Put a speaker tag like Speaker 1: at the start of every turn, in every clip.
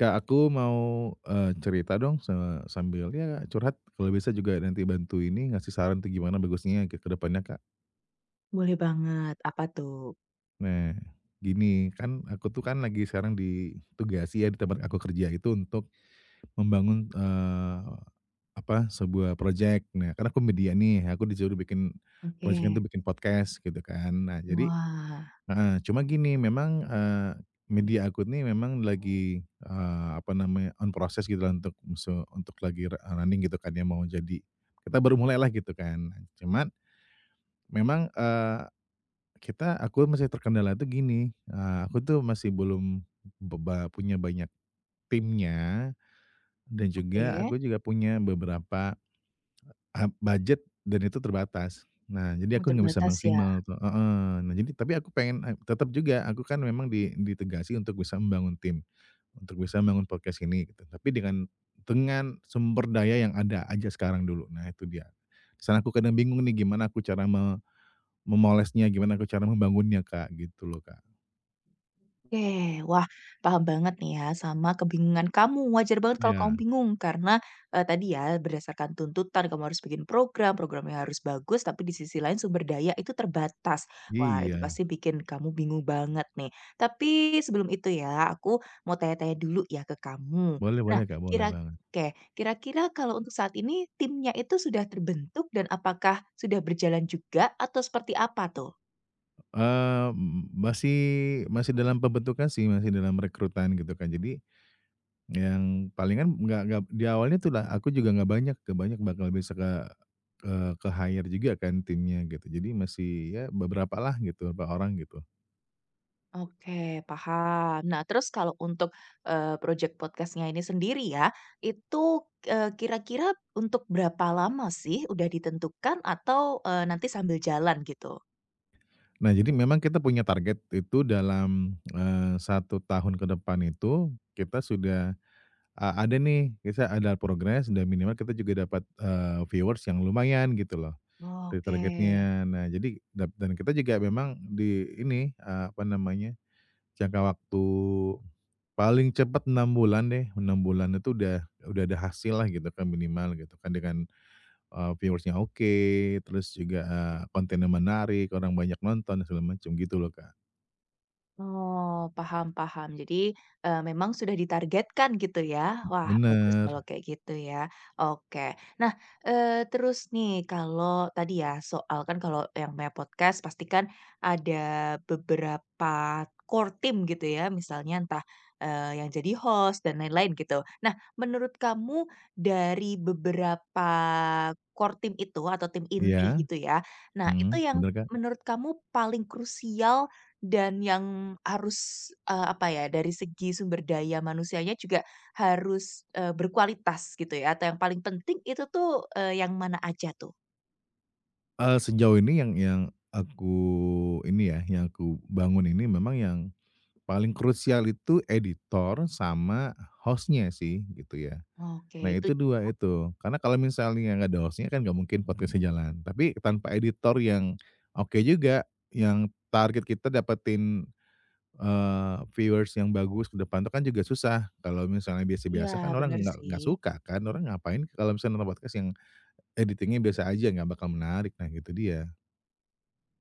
Speaker 1: Kak, aku mau, cerita dong sambil ya curhat, kalau bisa juga nanti bantu ini ngasih saran tuh gimana bagusnya ke depannya, Kak.
Speaker 2: Boleh banget, apa tuh?
Speaker 1: Nah, gini, kan aku tuh kan lagi sekarang ditugasi ya di tempat aku kerja itu untuk membangun, apa, sebuah projek. Nah, karena aku media nih, aku disuruh bikin projeknya
Speaker 2: Oke.
Speaker 1: itu bikin podcast gitu kan. Nah, jadi,
Speaker 2: Wah,
Speaker 1: heeh, cuma gini memang, media aku nih memang lagi, apa namanya, on process gitulah untuk untuk lagi running gitu kan ya mau jadi kita baru mulailah gitu kan. Cuman memang, aku masih terkendala tuh gini, aku tuh masih belum punya banyak timnya dan juga
Speaker 2: oke,
Speaker 1: aku juga punya beberapa, ah, budget dan itu terbatas. Nah, jadi
Speaker 2: oh
Speaker 1: aku nggak bisa
Speaker 2: terbatas ya?
Speaker 1: maksimal tuh, heeh. Nah, jadi tapi aku pengen, tetap juga aku kan memang ditegasi untuk bisa membangun tim, untuk bisa membangun podcast ini gitu. Tapi dengan sumber daya yang ada aja sekarang dulu. Nah, itu dia. Di sana aku kadang bingung nih gimana aku cara memolesnya, gimana aku cara membangunnya, Kak, gitu loh, Kak.
Speaker 2: Oke, wah paham banget nih ya sama kebingungan kamu. Wajar banget kalau kamu
Speaker 1: Iya,
Speaker 2: bingung karena tadi ya berdasarkan tuntutan kamu harus bikin program, programnya harus bagus, tapi di sisi lain sumber daya itu terbatas. Wah, itu
Speaker 1: iya.
Speaker 2: pasti bikin kamu bingung banget nih. Tapi sebelum itu ya, aku mau tanya-tanya dulu ya ke kamu.
Speaker 1: Boleh,
Speaker 2: Nah,
Speaker 1: boleh, Kak, boleh
Speaker 2: kira
Speaker 1: banget.
Speaker 2: Oke, kira-kira kalau untuk saat ini timnya itu sudah terbentuk dan apakah sudah berjalan juga atau seperti apa tuh?
Speaker 1: M masih masih dalam pembentukan sih, masih dalam rekrutan gitu, Kak. Jadi, yang palingan nggak di awalnya tuh lah aku juga nggak banyak bakal bisa ke-hire juga kan timnya gitu. Jadi masih ya beberapa lah gitu, beberapa orang gitu.
Speaker 2: Oke, paham. Nah, terus kalau untuk, project podcastnya ini sendiri ya, itu, kira-kira untuk berapa lama sih udah ditentukan atau, nanti sambil jalan gitu?
Speaker 1: Nah, jadi memang kita punya target itu dalam, 1 tahun ke depan itu kita sudah ada nih, kita ada progres dan minimal kita juga dapat, viewers yang lumayan gitu loh dari
Speaker 2: Oke.
Speaker 1: targetnya. Nah, jadi dan kita juga memang di ini, apa namanya, jangka waktu. Paling cepat 6 bulan deh, 6 bulan itu udah ada hasil lah gitu kan minimal gitu kan dengan, views oke, terus juga, kontennya menarik, orang banyak nonton segala macam gitu loh, Kak.
Speaker 2: Oh, paham paham. Jadi, memang sudah ditargetkan gitu ya? Wah, bagus
Speaker 1: Bener,
Speaker 2: kalau kayak gitu ya. Oke. Nah, terus nih kalau tadi ya soal kan kalau yang namanya podcast pasti kan ada beberapa core team gitu ya, misalnya entah, yang jadi host dan lain-lain gitu. Nah, menurut kamu dari beberapa core team itu atau tim inti
Speaker 1: iya,
Speaker 2: gitu ya, nah itu
Speaker 1: mhm,
Speaker 2: yang
Speaker 1: bener, Kak.
Speaker 2: menurut kamu paling krusial dan yang harus, apa ya, dari segi sumber daya manusianya juga harus, berkualitas gitu ya, atau yang paling penting itu tuh, yang mana aja tuh?
Speaker 1: Sejauh ini yang aku ini ya, yang aku bangun ini memang yang paling krusial itu editor sama hostnya sih gitu ya.
Speaker 2: Oke,
Speaker 1: Nah,
Speaker 2: itu
Speaker 1: itu 2 itu, karena kalau misalnya nggak ada host-nya kan nggak mungkin podcastnya jalan, tapi tanpa editor yang oke juga, yang target kita dapetin, viewers yang bagus ke depan itu kan juga susah. Kalau misalnya
Speaker 2: iya,
Speaker 1: biasa-biasa kan orang
Speaker 2: bener
Speaker 1: nggak
Speaker 2: sih.
Speaker 1: nggak suka kan, orang ngapain kalau misalnya nonton podcast yang editing-nya biasa aja, nggak bakal menarik, nah itu dia.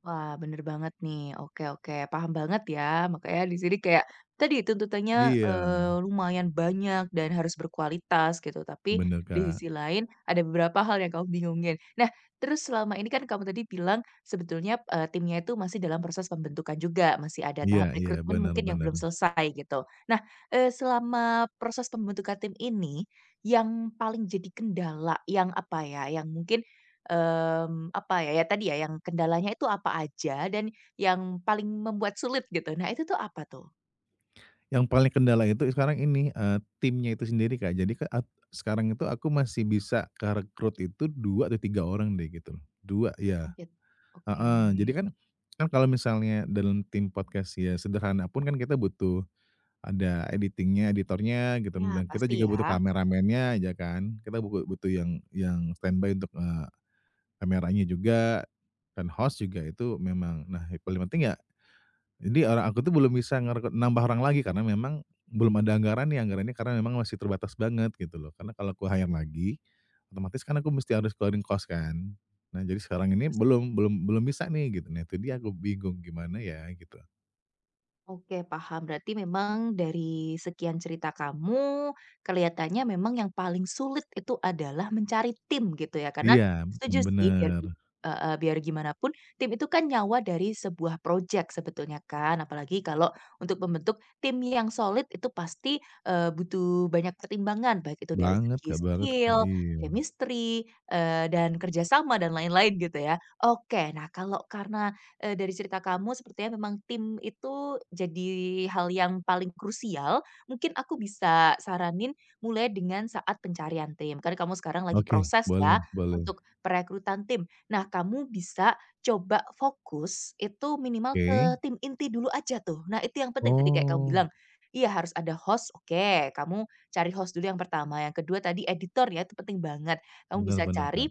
Speaker 2: Wah, bener banget nih. Oke oke, paham banget ya. Makanya di sini kayak tadi tuntutannya,
Speaker 1: Iya,
Speaker 2: lumayan banyak dan harus berkualitas gitu. Tapi
Speaker 1: bener
Speaker 2: di
Speaker 1: Kak,
Speaker 2: sisi lain ada beberapa hal yang kamu bingungin. Nah, terus selama ini kan kamu tadi bilang sebetulnya, timnya itu masih dalam proses pembentukan juga, masih ada
Speaker 1: iya,
Speaker 2: tahap
Speaker 1: iya,
Speaker 2: rekrutmen
Speaker 1: bener,
Speaker 2: mungkin yang
Speaker 1: bener.
Speaker 2: belum selesai gitu. Nah, selama proses pembentukan tim ini, yang paling jadi kendala yang apa ya, yang mungkin Em, apa ya, ya tadi ya yang kendalanya itu apa aja dan yang paling membuat sulit gitu. Nah itu tuh apa tuh?
Speaker 1: Yang paling kendala itu sekarang ini, timnya itu sendiri, Kak. Jadi ke at sekarang itu aku masih bisa kerekrut itu 2 atau 3 orang deh gitu loh. 2 ya,
Speaker 2: Oke. Oke.
Speaker 1: heeh. Jadi kan kan kalau misalnya dalam tim podcast ya sederhana pun kan kita butuh ada editing-nya, editornya gitu,
Speaker 2: Ya
Speaker 1: dan kita
Speaker 2: pasti
Speaker 1: juga butuh
Speaker 2: ya,
Speaker 1: kameramennya ya kan. Kita butuh yang standby untuk, kameranya juga, dan host juga itu memang nah yang paling penting ya jadi orang aku tuh belum bisa ngerekrut nambah orang lagi karena memang belum ada anggarannya karena memang masih terbatas banget gitu loh. Karena kalau aku hire lagi, otomatis kan aku mesti harus keluarin cost kan. Nah, jadi sekarang ini
Speaker 2: pasti.
Speaker 1: belum belum belum bisa nih gitu. Nah, itu dia aku bingung gimana ya gitu.
Speaker 2: Oke, paham. Berarti memang dari sekian cerita kamu, kelihatannya memang yang paling sulit itu adalah mencari tim gitu ya. Karena
Speaker 1: Iya,
Speaker 2: setuju
Speaker 1: mhm,
Speaker 2: sih biar
Speaker 1: bener.
Speaker 2: gi heeh, biar gimana pun tim itu kan nyawa dari sebuah proyek sebetulnya kan. Apalagi kalau untuk membentuk tim yang solid itu pasti, butuh banyak pertimbangan, baik itu dari segi
Speaker 1: Banget, Kak,
Speaker 2: skill,
Speaker 1: iya.
Speaker 2: chemistry, dan kerjasama dan lain-lain gitu ya. Oke, nah kalau karena dari cerita kamu sepertinya memang tim itu jadi hal yang paling krusial. Mungkin aku bisa saranin mulai dengan saat pencarian tim, karena kamu sekarang lagi
Speaker 1: Oke,
Speaker 2: proses
Speaker 1: boleh,
Speaker 2: ya
Speaker 1: boleh.
Speaker 2: untuk perekrutan tim. Nah, kamu bisa coba fokus itu minimal ke
Speaker 1: Oke.
Speaker 2: tim inti dulu aja tuh. Nah, itu yang penting tadi kayak kamu bilang,
Speaker 1: Oh,
Speaker 2: iya harus ada host, oke, kamu cari host dulu yang pertama, yang kedua tadi editor ya, itu penting banget. Kamu
Speaker 1: bener,
Speaker 2: bisa
Speaker 1: bener,
Speaker 2: cari
Speaker 1: Kak.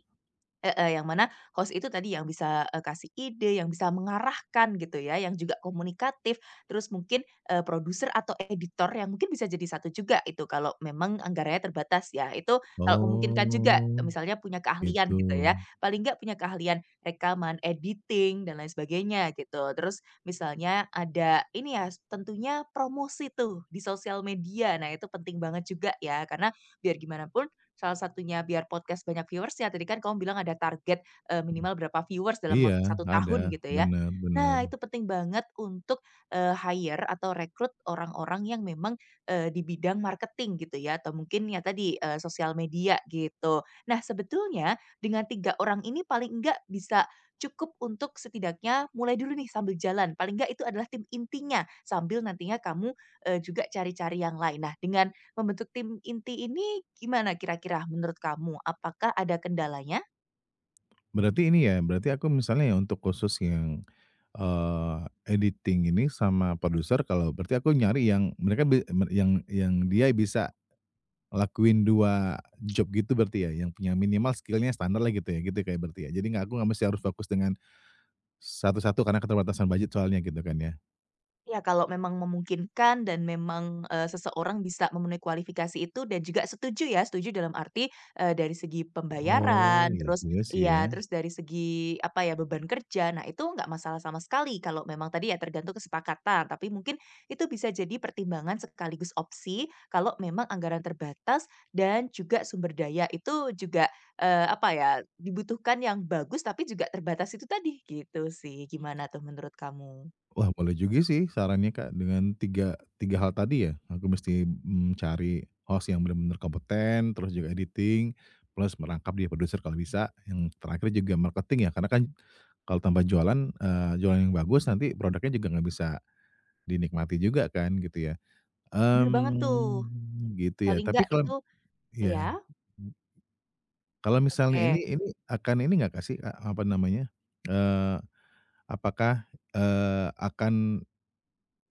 Speaker 2: Heeh, yang mana host itu tadi yang bisa, kasih ide, yang bisa mengarahkan gitu ya, yang juga komunikatif, terus mungkin, produser atau editor yang mungkin bisa jadi satu juga itu kalau memang anggarannya terbatas ya. Itu kalau memungkinkan juga,
Speaker 1: Oh,
Speaker 2: misalnya punya
Speaker 1: gitu.
Speaker 2: keahlian gitu ya, paling nggak punya keahlian rekaman, editing, dan lain sebagainya gitu. Terus misalnya ada ini ya, tentunya promosi tuh di sosial media. Nah, itu penting banget juga ya, karena biar gimana pun salah satunya biar podcast banyak viewers ya tadi kan kamu bilang ada target, minimal berapa viewers dalam
Speaker 1: Iya,
Speaker 2: waktu satu
Speaker 1: ada,
Speaker 2: tahun gitu ya.
Speaker 1: bener, bener.
Speaker 2: Nah, itu penting banget untuk, hire atau rekrut orang-orang yang memang, di bidang marketing gitu ya, atau mungkin ya tadi, sosial media gitu. Nah, sebetulnya dengan 3 orang ini paling enggak bisa cukup untuk setidaknya mulai dulu nih sambil jalan, paling enggak itu adalah tim intinya, sambil nantinya kamu, juga cari-cari yang lain. Nah, dengan membentuk tim inti ini gimana kira-kira menurut kamu? Apakah ada kendalanya?
Speaker 1: Berarti ini ya, berarti aku misalnya ya untuk khusus yang, eee, editing ini sama produser kalau berarti aku nyari yang mereka be mer yang dia bisa lakuin 2 job gitu berarti ya, yang punya minimal skillnya standar lah gitu ya, gitu kayak berarti ya? Jadi nggak aku nggak mesti harus fokus dengan satu-satu karena keterbatasan budget soalnya gitu kan ya?
Speaker 2: Ya kalau memang memungkinkan dan memang, seseorang bisa memenuhi kualifikasi itu dan juga setuju ya, setuju dalam arti, dari segi
Speaker 1: Oh,
Speaker 2: pembayaran,
Speaker 1: iya
Speaker 2: terus
Speaker 1: juga sih ya.
Speaker 2: iya, terus dari segi, apa ya, beban kerja. Nah, itu nggak masalah sama sekali kalau memang tadi ya tergantung kesepakatan, tapi mungkin itu bisa jadi pertimbangan sekaligus opsi kalau memang anggaran terbatas dan juga sumber daya itu juga, apa ya, dibutuhkan yang bagus tapi juga terbatas itu tadi, gitu sih. Gimana tuh menurut kamu?
Speaker 1: Wah, boleh juga sih sarannya, Kak, dengan tiga tiga hal tadi ya. Aku mesti, cari host yang benar-benar kompeten, terus juga editing, plus merangkap dia produser kalau bisa, yang terakhir juga marketing ya, karena kan kalau tanpa jualan, jualan yang bagus nanti produknya juga nggak bisa dinikmati juga kan gitu ya.
Speaker 2: Bener banget tuh.
Speaker 1: Gitu ya,
Speaker 2: Paling
Speaker 1: tapi
Speaker 2: enggak
Speaker 1: kalau
Speaker 2: itu ya
Speaker 1: ya kalau misalnya ini
Speaker 2: oke,
Speaker 1: ini akan ini nggak kasih apa namanya, eee, apakah, akan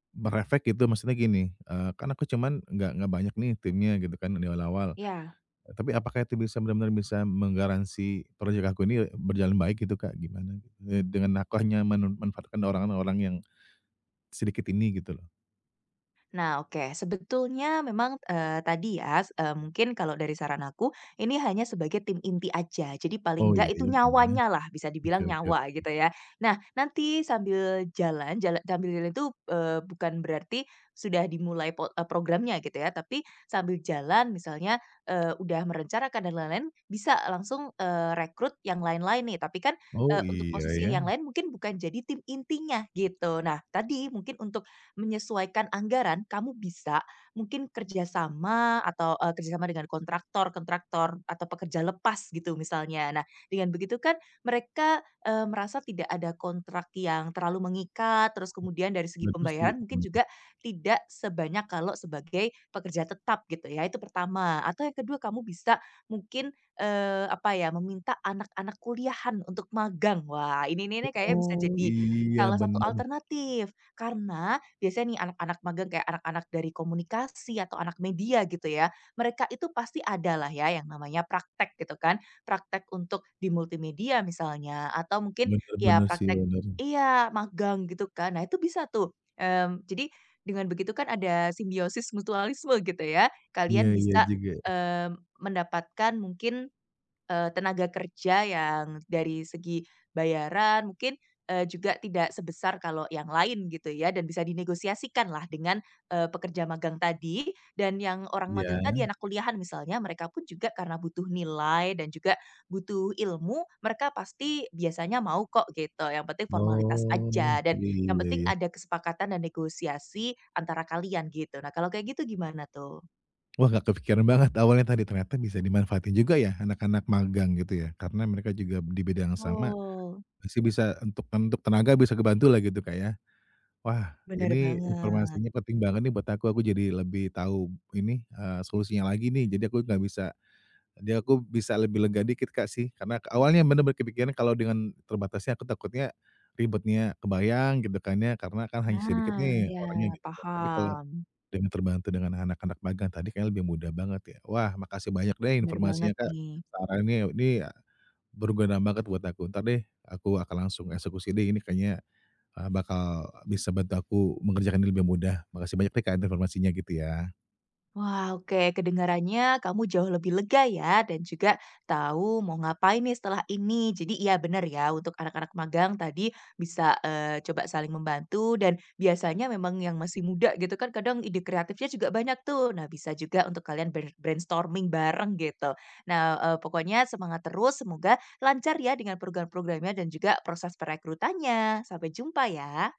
Speaker 1: berefek gitu maksudnya gini, kan aku cuman nggak banyak nih timnya gitu kan di awal-awal,
Speaker 2: iya.
Speaker 1: tapi apakah itu bisa benar-benar bisa menggaransi project aku ini berjalan baik gitu, Kak? Gimana, gitu? Dengan aku hanya manfaatkan orang-orang yang sedikit ini gitu loh.
Speaker 2: Nah, oke. Sebetulnya memang, eee, tadi ya, s eee, mungkin kalau dari saran aku, ini hanya sebagai tim inti aja. Jadi paling
Speaker 1: Oh, iya
Speaker 2: nggak itu
Speaker 1: ya bener ya,
Speaker 2: nyawanya lah, bisa
Speaker 1: oke,
Speaker 2: dibilang
Speaker 1: oke.
Speaker 2: nyawa gitu ya. Nah, nanti sambil jalan itu, bukan berarti sudah dimulai programnya gitu ya, tapi sambil jalan misalnya, udah merencanakan dan lain-lain, bisa langsung, rekrut yang lain-lain nih. Tapi kan,
Speaker 1: Oh,
Speaker 2: untuk
Speaker 1: iya
Speaker 2: posisi
Speaker 1: ya,
Speaker 2: yang lain mungkin bukan jadi tim intinya gitu. Nah, tadi mungkin untuk menyesuaikan anggaran, kamu bisa mungkin kerjasama atau, kerjasama dengan kontraktor kontraktor atau pekerja lepas gitu misalnya. Nah, dengan begitu kan mereka, merasa tidak ada kontrak yang terlalu mengikat, terus kemudian dari segi
Speaker 1: bener sih,
Speaker 2: pembayaran mungkin
Speaker 1: mmm,
Speaker 2: juga tidak sebanyak kalau sebagai pekerja tetap gitu ya, itu pertama. Atau yang kedua kamu bisa mungkin, apa ya, meminta anak-anak kuliahan untuk magang. Wah, ini nih kayaknya bisa
Speaker 1: oh,
Speaker 2: jadi
Speaker 1: iya
Speaker 2: salah satu
Speaker 1: bener,
Speaker 2: alternatif, karena biasanya nih anak-anak magang kayak anak-anak dari komunikasi atau anak media gitu ya, mereka itu pasti adalah ya yang namanya praktek gitu kan. Praktek untuk di multimedia misalnya atau mungkin
Speaker 1: bener,
Speaker 2: ya
Speaker 1: bener sih
Speaker 2: praktek
Speaker 1: bener,
Speaker 2: iya, magang gitu kan. Nah itu bisa tuh, mmm, jadi dengan begitu kan ada simbiosis mutualisme gitu ya.
Speaker 1: iya,
Speaker 2: Kalian
Speaker 1: iya
Speaker 2: bisa,
Speaker 1: juga,
Speaker 2: mmm, mendapatkan mungkin Eee, tenaga kerja yang dari segi bayaran mungkin, juga tidak sebesar kalau yang lain gitu ya dan bisa dinegosiasikan lah dengan, pekerja magang tadi dan yang orang
Speaker 1: iya,
Speaker 2: magang tadi anak kuliahan misalnya mereka pun juga karena butuh nilai dan juga butuh ilmu mereka pasti biasanya mau kok gitu yang penting formalitas
Speaker 1: oh,
Speaker 2: aja dan yang
Speaker 1: iya,
Speaker 2: penting
Speaker 1: iya.
Speaker 2: ada kesepakatan dan negosiasi antara kalian gitu nah kalau kayak gitu gimana tuh?
Speaker 1: Wah, nggak kepikiran banget awalnya tadi, ternyata bisa dimanfaatin juga ya anak-anak magang gitu ya, karena mereka juga di bidang yang sama,
Speaker 2: Betul.
Speaker 1: pasti bisa untuk tenaga bisa kebantu lah gitu, Kak, ya. Wah,
Speaker 2: Bener
Speaker 1: ini
Speaker 2: banget.
Speaker 1: informasinya penting banget nih buat aku jadi lebih tahu ini, solusinya lagi nih, jadi aku nggak bisa jadi aku bisa lebih lega dikit, Kak, sih, karena awalnya bener-bener kepikiran kalau dengan terbatasnya aku takutnya ribetnya kebayang gitu kan ya, karena kan hanya sedikit
Speaker 2: Nah,
Speaker 1: nih
Speaker 2: ya
Speaker 1: orangnya gitu kan, tapi kalau
Speaker 2: paham.
Speaker 1: dengan terbantu dengan anak-anak magang tadi kayaknya lebih mudah banget ya. Wah, makasih banyak deh
Speaker 2: Bener
Speaker 1: informasinya
Speaker 2: banget
Speaker 1: Kak,
Speaker 2: nih.
Speaker 1: sarannya ini ya, berguna banget buat aku. Ntar deh aku akan langsung eksekusi deh ini kayaknya, bakal bisa bantu aku mengerjakan ini lebih mudah. Makasih banyak deh Kak informasinya gitu ya.
Speaker 2: Wah, oke. Kedengarannya kamu jauh lebih lega ya, dan juga tahu mau ngapain nih setelah ini. Jadi iya bener ya, untuk anak-anak magang tadi bisa coba saling membantu, dan biasanya memang yang masih muda gitu kan, kadang ide kreatifnya juga banyak tuh. Nah, bisa juga untuk kalian brainstorming bareng gitu. Nah, pokoknya semangat terus, semoga lancar ya dengan program-programnya dan juga proses perekrutannya. Sampai jumpa ya.